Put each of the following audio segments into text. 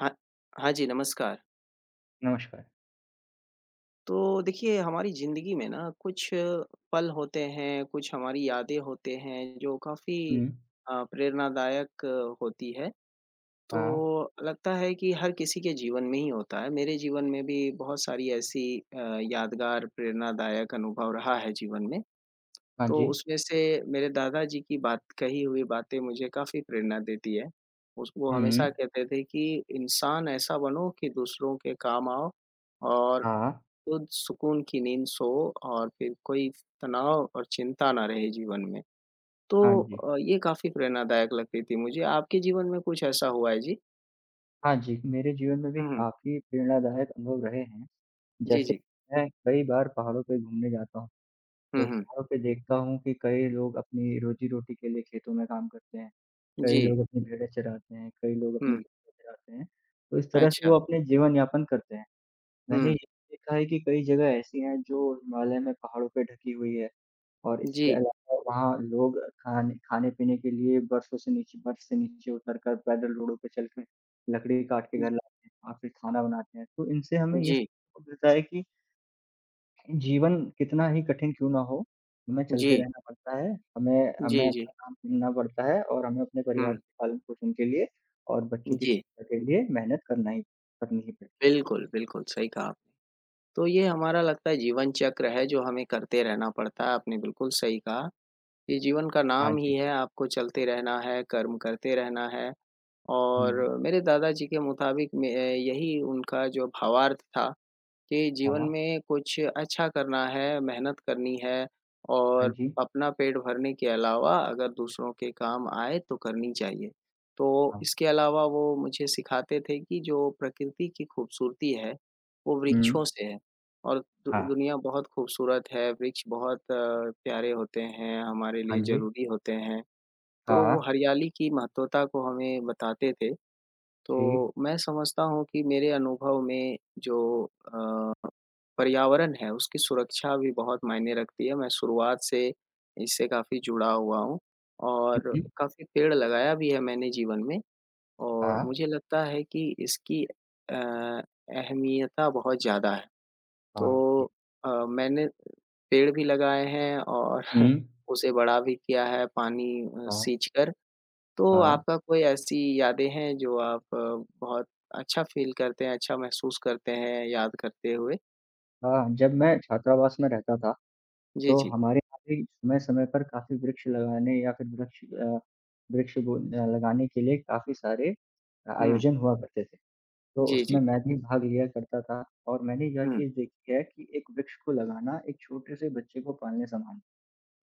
हाँ, हाँ जी, नमस्कार। नमस्कार। तो देखिए, हमारी ज़िंदगी में ना कुछ पल होते हैं, कुछ हमारी यादें होते हैं, जो काफ़ी हुँ, प्रेरणादायक होती है। तो हाँ, लगता है कि हर किसी के जीवन में ही होता है। मेरे जीवन में भी बहुत सारी ऐसी यादगार, प्रेरणादायक अनुभव रहा है जीवन में। हाँ तो जी। उसमें से मेरे दादाजी की बात कही हुई बातें मुझे काफ़ी प्रेरणा देती है। उस वो हुँ, हमेशा कहते थे कि इंसान ऐसा बनो कि दूसरों के काम आओ और हाँ, खुद सुकून की नींद सो और फिर कोई तनाव और चिंता ना रहे जीवन में। तो हाँ जी। ये काफ़ी प्रेरणादायक लगती थी मुझे। आपके जीवन में कुछ ऐसा हुआ है जी? हाँ जी, मेरे जीवन में भी हुँ, हुँ। काफ़ी प्रेरणादायक अनुभव रहे हैं। जी, जैसे जी। मैं कई बार पहाड़ों पे घूमने जाता हूँ, हुँ, तो हुँ। पहाड़ों पे देखता हूँ कि कई लोग अपनी रोज़ी-रोटी के लिए खेतों में काम करते हैं, कई जी। लोग अपनी भेड़ें चराते हैं, कई लोग अपनी हुँ। बकरियाँ चराते हैं, तो इस तरह से अच्छा। वो अपने जीवन यापन करते हैं। मैंने ये हुँ। भी देखा है कि कई जगह ऐसी हैं जो हिमालय में पहाड़ों पे ढकी हुई है। और जी। इसके अलावा वहाँ लोग खाने-पीने के लिए बर्फ़ से नीचे उतरकर पैदल रोडों पे चलकर लकड़ी काट के घर लाते हैं और फिर खाना बनाते हैं। तो इनसे हमें जी, ये जी। सीखने को मिलता है कि जीवन कितना ही कठिन क्यों ना हो, हमें चलते रहना पड़ता है, हमें हमें जी, जी। अपना काम चुनना पड़ता है और हमें अपने परिवार हुँ। के पालन-पोषण के लिए और बच्चों की जी। शिक्षा के लिए मेहनत करना ही करनी ही पड़ती है। बिल्कुल, बिल्कुल सही कहा आपने। तो ये हमारा लगता है जीवन चक्र है जो हमें करते रहना पड़ता है, आपने बिल्कुल सही कहा। ये जीवन का हाँ नाम ही जी। है, आपको चलते रहना है, कर्म करते रहना है। हुँ। और मेरे दादाजी के मुताबिक में यही उनका जो भावार्थ था कि जीवन हाँ, में कुछ अच्छा करना है, मेहनत करनी है हाँ और जी। अपना पेट भरने के अलावा अगर दूसरों के काम आए तो करनी चाहिए। तो हाँ। इसके अलावा वो मुझे सिखाते थे कि जो प्रकृति की खूबसूरती है, वो हुँ। वृक्षों से है और दु हाँ। दुनिया बहुत खूबसूरत है, वृक्ष बहुत प्यारे होते हैं, हमारे हाँ लिए जी। ज़रूरी होते हैं। तो हाँ। वो हरियाली की महत्वता को हमें बताते थे। जी। तो मैं समझता हूँ कि मेरे अनुभव में जो अ, पर्यावरण है उसकी सुरक्षा भी बहुत मायने रखती है। मैं शुरुआत से इससे काफ़ी जुड़ा हुआ हूँ और हुँ। काफ़ी पेड़ लगाया भी है मैंने जीवन में और हाँ, मुझे लगता है कि इसकी अहमियता बहुत ज़्यादा है। हाँ, तो जी। मैंने पेड़ भी लगाए हैं और हुँ, उसे बड़ा भी किया है पानी हाँ, सींचकर। तो हाँ, आपका कोई ऐसी यादें हैं जो आप बहुत अच्छा फ़ील करते हैं, अच्छा महसूस करते हैं याद करते हुए? हाँ, जब मैं छात्रावास में रहता था, जी, तो जी। हमारे यहाँ भी समय-समय पर काफ़ी वृक्ष लगाने या फिर वृक्ष अ, वृक्ष बो अ, लगाने के लिए काफ़ी सारे हुँ। आयोजन हुआ करते थे। तो जी, जी। उसमें मैं भी भाग लिया करता था और मैंने यह हुँ। चीज़ देखी है कि एक वृक्ष को लगाना एक छोटे से बच्चे को पालने समान है।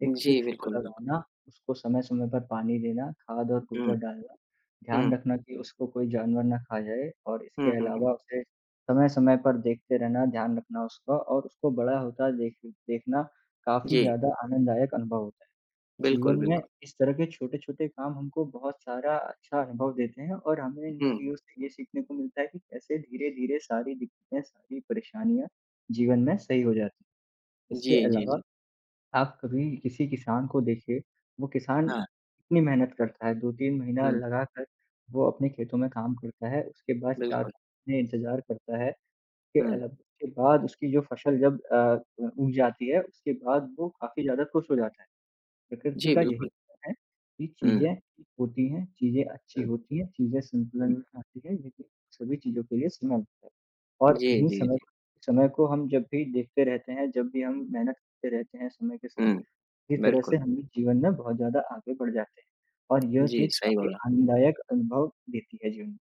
एक जी, वृक्ष को बिल्कुल, बिल्कुल। लगाना, उसको समय-समय पर पानी देना, खाद और गोबर हुँ, डालना, ध्यान हुँ। रखना कि उसको कोई जानवर ना खा जाए और इसके हुँ, हुँ, हुँ। अलावा उसे समय-समय पर देखते रहना, ध्यान रखना उसका और उसको बड़ा होता देखना काफ़ी जी, ज़्यादा आनंददायक अनुभव होता है। जीवन बिल्कुल, में बिल्कुल। इस तरह के छोटे-छोटे काम हमको बहुत सारा अच्छा अनुभव देते हैं और हमें इन हुँ। चीज़ों से ये सीखने को मिलता है कि कैसे धीरे-धीरे सारी दिक्कतें, सारी परेशानियाँ जीवन में सही हो जाती हैं। इसके जी, जी, अलावा जी। आप कभी किसी किसान को देखिए, वो किसान हाँ। इतनी मेहनत करता है, 2-3 महीना हुँ, लगाकर वो अपने खेतों में काम करता है, उसके बाद 4 बिल्कुल। महीने इंतज़ार करता है कि हुँ। अलग उसके बाद उसकी जो फसल जब उग जाती है, उसके बाद वो काफ़ी ज़्यादा खुश हो जाता है। प्रकृति जी, का यही बिल्कुल। नियम है कि हुँ, चीज़ें ठीक होती हैं, चीज़ें अच्छी हुँ, होती हैं, चीज़ें संतुलन हुँ। में आती हैं, लेकिन सभी चीज़ों के लिए समय होता है। और जी, इन्हीं जी, समय जी। समय को हम जब भी देखते रहते हैं, जब भी हम मेहनत करते रहते हैं समय के साथ हुँ, इस तरह से बिल्कुल। हम भी जीवन में बहुत ज़्यादा आगे बढ़ जाते हैं और यह जी, चीज़ सही काफ़ी बोला। आनंददायक अनुभव देती है जीवन में।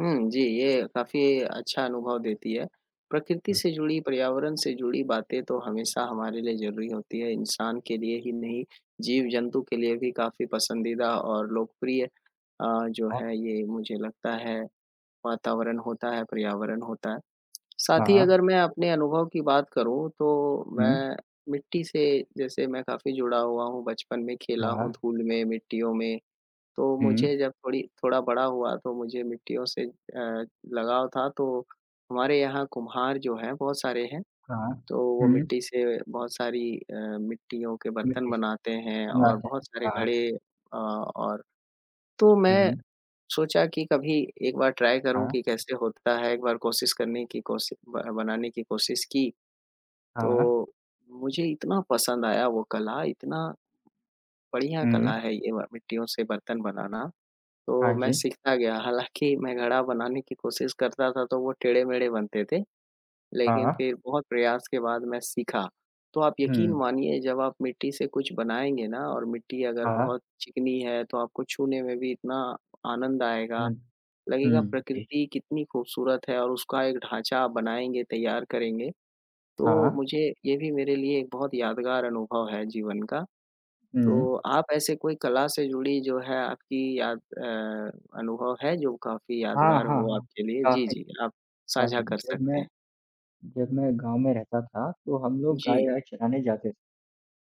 हुँ, जी, ये काफ़ी अच्छा अनुभव देती है। प्रकृति से जुड़ी, पर्यावरण से जुड़ी बातें तो हमेशा हमारे लिए ज़रूरी होती है, इंसान के लिए ही नहीं, जीव-जंतु के लिए भी काफ़ी पसंदीदा और लोकप्रिय जो अ, है ये मुझे लगता है वातावरण होता है, पर्यावरण होता है। साथ ही का, अगर मैं अपने अनुभव की बात करूँ तो हुँ, मैं मिट्टी से जैसे मैं काफ़ी जुड़ा हुआ हूँ, बचपन में खेला हूँ आ, धूल में, मिट्टियों में। तो हुँ, मुझे जब थोड़ी थोड़ा बड़ा हुआ तो मुझे मिट्टियों से लगाव था। तो हमारे यहाँ कुम्हार जो हैं बहुत सारे हैं। का, तो वो हुँ, मिट्टी से बहुत सारी मिट्टियों के बर्तन मिट्टी से बनाते हैं और बनाते हैं। बहुत सारे आ, घड़े अ, और तो मैं हुँ, सोचा कि कभी एक बार ट्राई आ, करूँ कि कैसे होता है, एक बार कोशिश करने की कोशि ब बनाने की कोशिश की, आ, तो मुझे इतना पसंद आया वो कला, इतना बढ़िया हुँ, कला है ये व मिट्टियों से बर्तन बनाना। तो हाँ मैं जी। सीखता गया, हालाँकि मैं घड़ा बनाने की कोशिश करता था तो वो टेढ़े-मेढ़े बनते थे, आ, लेकिन फिर बहुत प्रयास के बाद मैं सीखा। तो आप यकीन हुँ, मानिए जब आप मिट्टी से कुछ बनाएँगे ना और मिट्टी अगर आ, बहुत चिकनी है तो आपको छूने में भी इतना आनंद आएगा, आनंद। लगेगा हुँ, जी। प्रकृति कितनी खूबसूरत है और उसका एक ढाँचा आप बनाएँगे, तैयार करेंगे, आ, तो मुझे ये भी मेरे लिए एक बहुत यादगार अनुभव है जीवन का। हुँ। तो आप ऐसे कोई कला से जुड़ी जो है आपकी अनुभव है जो काफ़ी हाँ, यादगार हाँ, हो हाँ। आपके लिए? जी, काफ़ी, जी, आप काफ़ी। साझा कर जब मैं सकते हैं। जब मैं गाँव में रहता था, तो हम लोग जी, गाय-वाय चराने जाते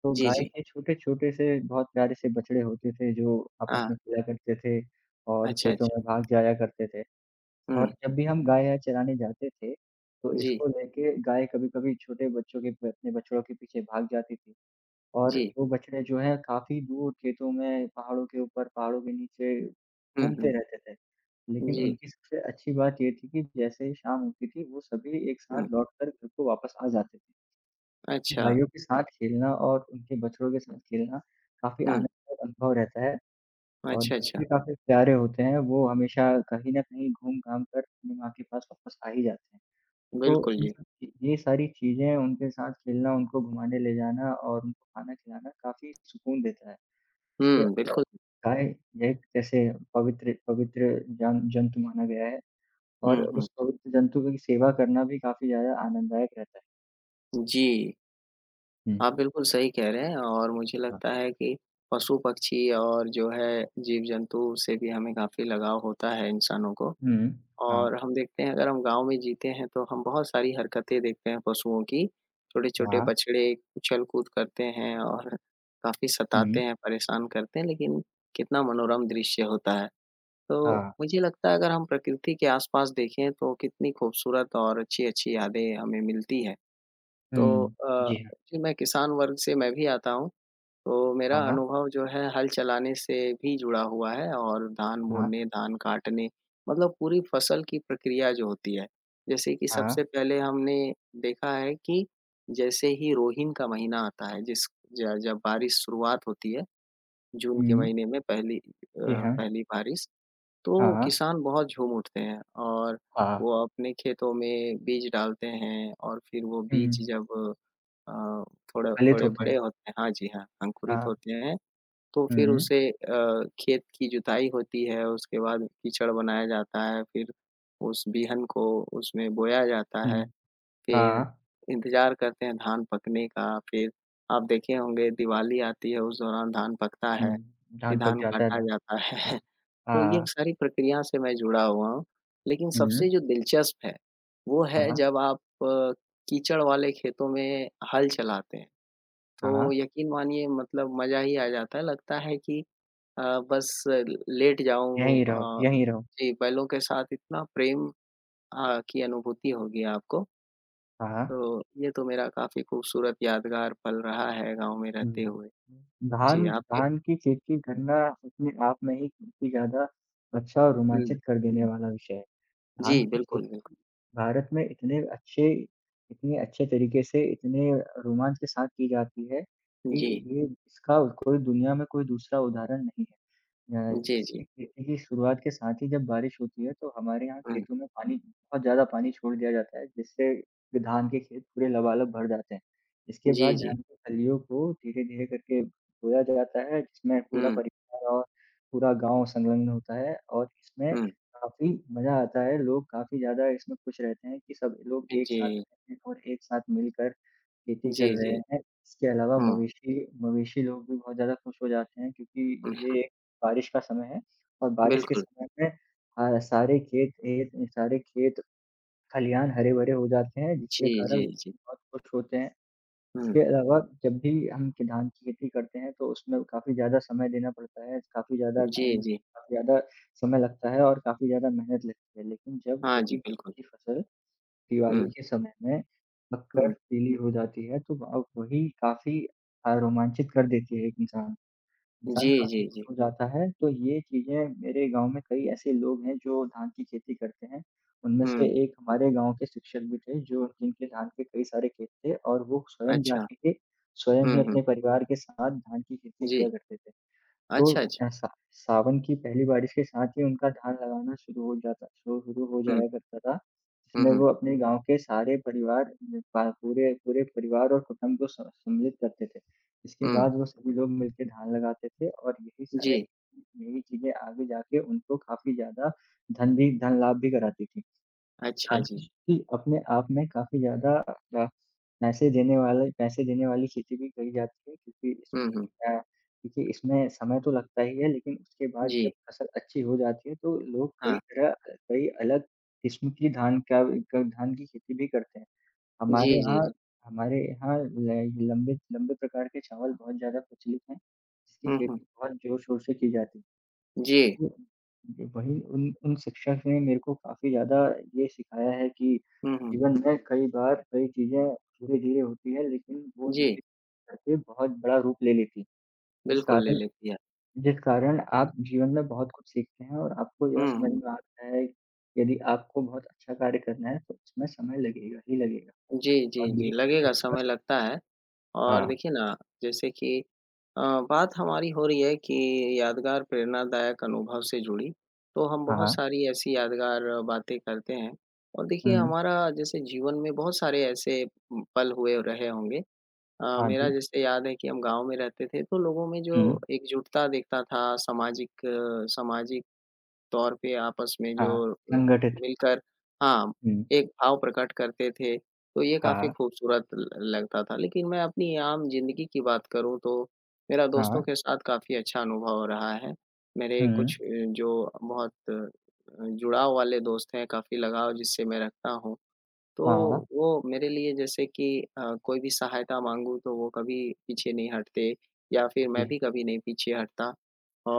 तो जी, गाय जी। के छोटे-छोटे से बहुत प्यारे से बछड़े होते थे जो आपस हाँ, में खेला करते थे और अच्छा, खेतों अच्छा। में भाग जाया करते थे। हुँ, और जब भी हम गाय-वाय चराने जाते थे, तो जी, इसको लेके गाय कभी-कभी छोटे बच्चों के अपने बछड़ों के पीछे भाग जाती थी। और जी। वो बछड़े जो हैं काफ़ी दूर खेतों में, पहाड़ों के ऊपर, पहाड़ों के नीचे हुँ, हुँ, घूमते रहते थे। लेकिन जी, उनकी सबसे अच्छी बात ये थी कि जैसे ही शाम होती थी, वो सभी एक हुँ, साथ लौटकर घर को वापस आ जाते थे। अच्छा, भाइयों के साथ खेलना और उनके बछड़ों के साथ खेलना काफ़ी हुँ, आनंददायक अनुभव रहता है और अच्छा, अच्छा। बछड़े काफ़ी प्यारे होते हैं, वो हमेशा कहीं न कहीं घूम-घाम कर अपनी माँ के पास वापस आ ही जाते हैं। तो बिल्कुल इन जी। सब ची ये सारी चीज़ें उनके साथ खेलना, उनको घुमाने ले जाना और उनको खाना खिलाना काफ़ी सुकून देता है। इसके हुँ, अलावा बिल्कुल। गाय यह जैसे पवित्र पवित्र जन जंतु माना गया है और हुँ, हुँ, उस पवित्र जंतु की सेवा करना भी काफ़ी ज़्यादा आनंददायक रहता है। जी, हुँ, आप बिल्कुल सही कह रहे हैं और मुझे हाँ। लगता है कि पशु-पक्षी और जो है जीव-जंतु से भी हमें काफ़ी लगाव होता है इंसानों को। हुँ, हाँ, और हम देखते हैं अगर हम गाँव में जीते हैं तो हम बहुत सारी हरकतें देखते हैं पशुओं की। छोटे-छोटे हाँ, बछड़े उछल-कूद करते हैं और काफ़ी हुँ। सताते हैं, परेशान करते हैं, लेकिन कितना मनोरम दृश्य होता है। तो हाँ। मुझे लगता है अगर हम प्रकृति के आस-पास देखें तो कितनी खूबसूरत और अच्छी-अच्छी यादें हमें मिलती हैं। तो हुँ। जी हाँ। जी मैं किसान वर्ग से मैं भी आता हूँ। तो मेरा हाँ, अनुभव जो है हल चलाने से भी जुड़ा हुआ है और धान हाँ, बोने, धान काटने मतलब पूरी फसल की प्रक्रिया जो होती है। जैसे कि हाँ। सबसे पहले हमने देखा है कि जैसे ही रोहिन का महीना आता है, जिस ज जब बारिश शुरुआत होती है, जून के हुँ। महीने में जी हाँ। पहली बारिश। तो हाँ, किसान बहुत झूम उठते हैं और हाँ। वो अपने खेतों में बीज डालते हैं और फिर वो हुँ। बीज जब अ, थोड़ा फलित थोड़े होते हैं। बड़े होते हैं, हाँ जी, हाँ, अंकुरित हाँ। होते हैं, तो फिर हुँ। उसे खेत की जुताई होती है, उसके बाद कीचड़ बनाया जाता है, फिर उस बीहन को उसमें बोया जाता हुँ, है, फिर हाँ। इंतज़ार करते हैं धान पकने का, फिर आप देखे होंगे दिवाली आती है, उस दौरान धान पकता है, हुँ। फिर धान पक धान जाता है काटा धान जाता प है। तो ये हाँ। सारी प्रक्रिया से मैं जुड़ा हुआ हूँ। लेकिन हुँ। सबसे जो दिलचस्प है, वो है हाँ, जब आप अ, कीचड़ वाले खेतों में हल चलाते हैं। हाँ। तो यकीन मानिए मतलब मज़ा ही आ जाता है, लगता है कि अ, बस लेट जाऊँ यहीं रहो, यहीं रहो। जी, बैलों के साथ इतना प्रेम की अनुभूति होगी आपको। तो हाँ। ये तो मेरा काफ़ी खूबसूरत यादगार पल रहा है गाँव में रहते हुए। हुँ। जी, धान आपके धान की खेत की गणना अपने आप में ही काफ़ी ज़्यादा अच्छा और हुँ, रोमांचित कर देने वाला विषय है। धान जी, की खेती बिल्कुल, बिल्कुल। भारत में इतने अच्छे तरीके से, इतने रोमांच के साथ की जाती है कि जी, ये इसका कोई दुनिया में कोई दूसरा उदाहरण नहीं है। अ, जी, जी। इसकी खेती की शुरुआत के साथ ही जब बारिश होती है, तो हमारे यहाँ हुँ, खेतों में पानी बहुत ज़्यादा पानी छोड़ दिया जाता है, जिससे धान के खेत पूरे लबालब भर जाते हैं। इसके बाद जी, जी। धान की फलियों को धीरे-धीरे करके बोया जाता है, जिसमें पूरा हुँ, परिवार और पूरा गाँव संलग्न होता है और इसमें हुँ। काफ़ी मज़ा आता है। लोग काफ़ी ज़्यादा इसमें खुश रहते हैं कि सब लोग एक साथ जी, हैं और एक साथ मिलकर खेती कर जी, रहे जी। हैं। इसके अलावा हाँ, मवेशी मवेशी लोग भी बहुत ज़्यादा खुश हो जाते हैं क्योंकि हुँ, ये बारिश का समय है और बारिश के बिल्कुल। समय में सारे खेत खलिहान हरे-भरे हो जाते हैं, जी, जिसके कारण जी, जी। बहुत खुश होते हैं। हुँ, इसके अलावा जब भी हम क धान की खेती करते हैं, तो उसमें काफ़ी ज़्यादा समय देना पड़ता है, जी, जी। काफ़ी ज़्यादा समय लगता है और काफ़ी ज़्यादा मेहनत लगती है। लेकिन जब हाँ जी, वही बिल्कुल। की फसल हुँ, दिवाली के समय में पककर हुँ। पीली हो जाती है, तो वही काफ़ी रोमांचित कर देती है एक इंसान इंसान जी, काफ़ी जी, खुश जी। हो जाता है, तो ये चीज़ें मेरे गाँव में कई ऐसे लोग हैं जो धान की खेती करते हैं। उनमें से हुँ, एक हमारे गाँव के शिक्षक भी थे जो जिनके धान के कई सारे खेत थे और वो अच्छा। स्वयं हुँ, ही हुँ। अपने परिवार के साथ धान की खेती जी। किया करते थे। तो अच्छा, अच्छा। अ, सा सावन की पहली बारिश के साथ ही उनका धान लगाना शुरू हो हुँ, जाया करता था। हुँ, इसमें हुँ, वो अपने गाँव के सारे परिवार पा पूरे पूरे परिवार और कुटुंब को स सम्मिलित करते थे। इसके हुँ। बाद वो सभी लोग मिलके धान लगाते थे और जी, यही चीज़ें आगे जाके उनको काफ़ी ज़्यादा धन लाभ भी कराती थी। अच्छा जी। आतिश की अपने आप में काफ़ी ज़्यादा पैसे देने वाली खेती भी कही जाती है क्योंकि हुँ, हुँ। क्योंकि इसमें समय तो लगता ही है लेकिन उसके बाद जब जी, फसल अच्छी हो जाती है तो लोग हाँ। कई अलग किस्म की धान का क धान की खेती भी करते हैं। जी, हमारे जी, यहाँ जी। हमारे यहाँ ल लंबे लंबे प्रकार के चावल बहुत ज़्यादा प्रचलित हैं, जिसकी हुँ, हुँ। खेती बहुत ज़ोर-शोर से की जाती है। जी। वो जो वही उन उन शिक्षक ने मेरे को काफ़ी ज़्यादा ये सिखाया है कि हुँ, हुँ। जीवन में कई बार कई चीज़ें धीरे-धीरे होती है, लेकिन वो जी, धीरे करके बहुत बड़ा रूप ले लेती है। जिस बिल्कुल ले कारण लेती है। जिस कारण आप जीवन में बहुत कुछ सीखते हैं और आपको यह हुँ, समझ हुँ। में आता है, यदि आपको बहुत अच्छा कार्य करना है, तो उसमें समय लगेगा ही लगेगा जी, जी, और यही जी। लगेगा, प्रकृति का समय लगता है। और हाँ, देखिए ना, जैसे कि अ, बात हमारी हो रही है कि यादगार प्रेरणादायक अनुभव से जुड़ी, तो हम बहुत हाँ, सारी ऐसी यादगार बातें करते हैं। और देखिए हुँ, हमारा जैसे जीवन में बहुत सारे ऐसे पल हुए रहे होंगे। हाँ मेरा जी, जैसे याद है कि हम गाँव में रहते थे, तो लोगों में हुँ, जो एकजुटता देखता था, सामाजिक सामाजिक तौर पे आपस में जो हाँ, संगठित मिलकर हाँ, हुँ, एक भाव प्रकट करते थे, तो ये काफ़ी हाँ, खूबसूरत ल लगता था। लेकिन मैं अपनी आम ज़िंदगी की बात करूँ तो मेरा हाँ, दोस्तों के साथ काफ़ी अच्छा अनुभव रहा है। मेरे कुछ हुँ, जो बहुत जुड़ाव वाले दोस्त हैं, काफ़ी लगाव जिससे मैं रखता हूँ। तो हाँ, वो मेरे लिए जैसे कि कोई भी सहायता माँगूँ तो वो कभी पीछे नहीं हटते या फिर जी। मैं हाँ। भी कभी नहीं पीछे हटता।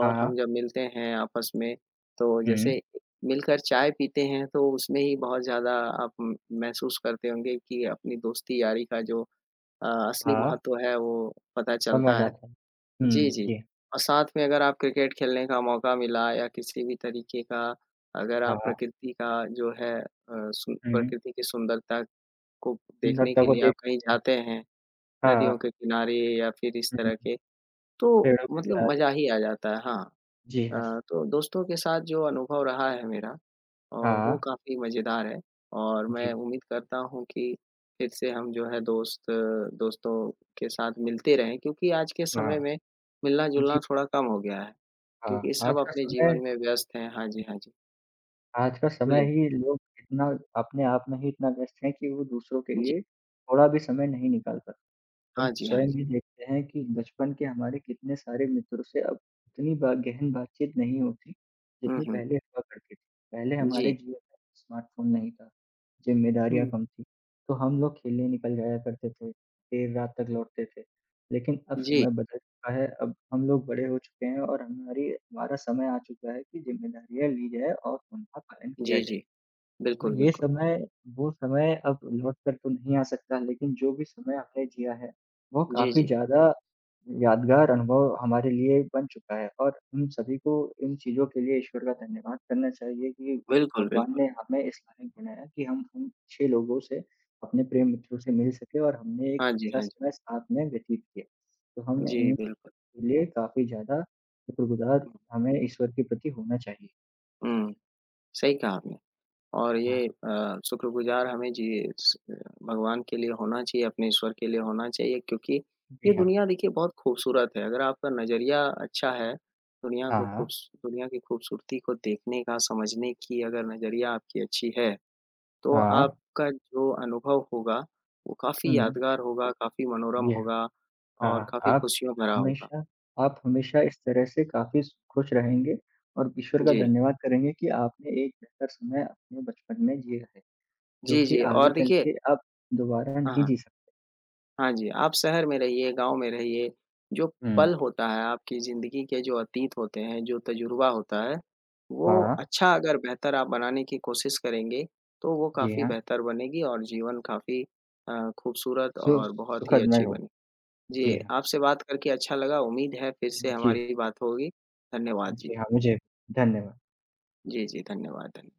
हाँ, हाँ। हम जब मिलते हैं आपस में तो हुँ। जैसे मिलकर चाय पीते हैं तो उसमें ही बहुत ज़्यादा आप म- महसूस करते होंगे कि अपनी दोस्ती यारी का जो असली हाँ, महत्व है वो पता चलता समझ है। आता है। जी, हुँ, जी। जी। और साथ में अगर आप क्रिकेट खेलने का मौका मिला या किसी भी तरीके का अगर हाँ, आप हाँ। प्रकृति का जो है अ, सु हुँ, प्रकृति की सुंदरता को देखने नृत्य के को लिए आप देख कहीं सकते हैं। जाते हैं, हाँ, नदियों के किनारे या फिर इस तरह हुँ, के, तो पेड़ों के मतलब किनारे। मज़ा ही आ जाता है। हाँ। जी हाँ। तो दोस्तों के साथ जो अनुभव रहा है मेरा और वो हाँ, काफ़ी मज़ेदार है और मैं जी। उम्मीद करता हूँ कि फिर से हम जो है दोस्तों के साथ मिलते रहें क्योंकि आज के समय हाँ, में जी, मिलना-जुलना थोड़ा कम हो गया है, हाँ। क्योंकि सब आज का अपने समय जीवन में व्यस्त हैं। हाँ जी, हाँ जी। आज का समय बोलिए। ही लोग इतना अपने आप में ही इतना व्यस्त हैं कि वो दूसरों के जी। लिए थोड़ा भी समय नहीं निकाल हम हाँ जी, हाँ स्वयं जी। भी देखते हैं कि बचपन के हमारे कितने सारे मित्रों से अब उतनी बा गहन बातचीत नहीं होती, हुँ, जितनी हुँ। पहले हुआ करती थी। पहले जी। हमारे जीवन में स्मार्टफ़ोन नहीं था, ज़िम्मेदारियाँ हुँ। कम थी, तो हम लोग खेलने निकल जाया करते थे, देर रात तक लौटते थे। लेकिन अब जी। समय बदल चुका है, अब हम लोग बड़े हो चुके हैं और हमारी हमारा समय आ चुका है कि ज़िम्मेदारियाँ ली जाए और उनका पालन किया जी, जाए। जी। तो बिल्कुल, ये बिल्कुल। समय वो समय अब लौट कर तो नहीं आ सकता, लेकिन जो भी समय आपने जिया है, वो जी, काफ़ी जी। ज़्यादा यादगार अनुभव हमारे लिए बन चुका है और हम सभी को इन चीज़ों के लिए ईश्वर का धन्यवाद करना चाहिए कि बिल्कुल, भगवान ने बिल्कुल। हमें इस लायक बनाया कि हम उन अच्छे लोगों से, अपने प्रिय मित्रों से मिल सके और हमने एक हाँ जी, अच्छा हाँ जी। समय साथ में व्यतीत किया। तो हम जी, बिल्कुल। इनके लिए काफ़ी ज़्यादा शुक्रगुज़ार हुँ, हमें ईश्वर के प्रति होना चाहिए। हुँ, सही कहा आपने। और हाँ। ये शुक्रगुज़ार हमें जी स भगवान के लिए होना चाहिए, अपने ईश्वर के लिए होना चाहिए क्योंकि ये जी हाँ। दुनिया देखिए बहुत खूबसूरत है। अगर आपका नज़रिया अच्छा है, दुनिया को हाँ, खूबस दुनिया की खूबसूरती को देखने का, समझने की अगर नज़रिया आपकी अच्छी है, तो हाँ। आपका जो अनुभव होगा, वो काफ़ी हुँ। यादगार होगा, काफ़ी मनोरम जी हाँ, होगा हाँ, और काफ़ी हाँ, आप खुशियों भरा होगा। हमेशा इस तरह से काफ़ी स खुश रहेंगे और ईश्वर का जी। धन्यवाद करेंगे कि आपने एक बेहतर समय अपने बचपन में जिया है, जो जी, कि जी आगे और चल देखिए के आप दोबारा हाँ, नहीं हाँ। जी सकते। हाँ जी, आप शहर में रहिए, गाँव में रहिए, जो हुँ। पल होता है आपकी ज़िंदगी के जो अतीत होते हैं, जो तजुर्बा होता है, वो हाँ, अच्छा अगर बेहतर आप बनाने की कोशिश करेंगे, तो वो जी काफ़ी हाँ, बेहतर बनेगी और जीवन काफ़ी खूबसूरत सु और बहुत ही सुखदमय अच्छी हो। बनी। जी जी, हाँ, आपसे बात करके अच्छा लगा, उम्मीद है फिर से जी, हमारी बात होगी। धन्यवाद जी। जी हाँ, मुझे भी। धन्यवाद। जी, जी, धन्यवाद, धन्य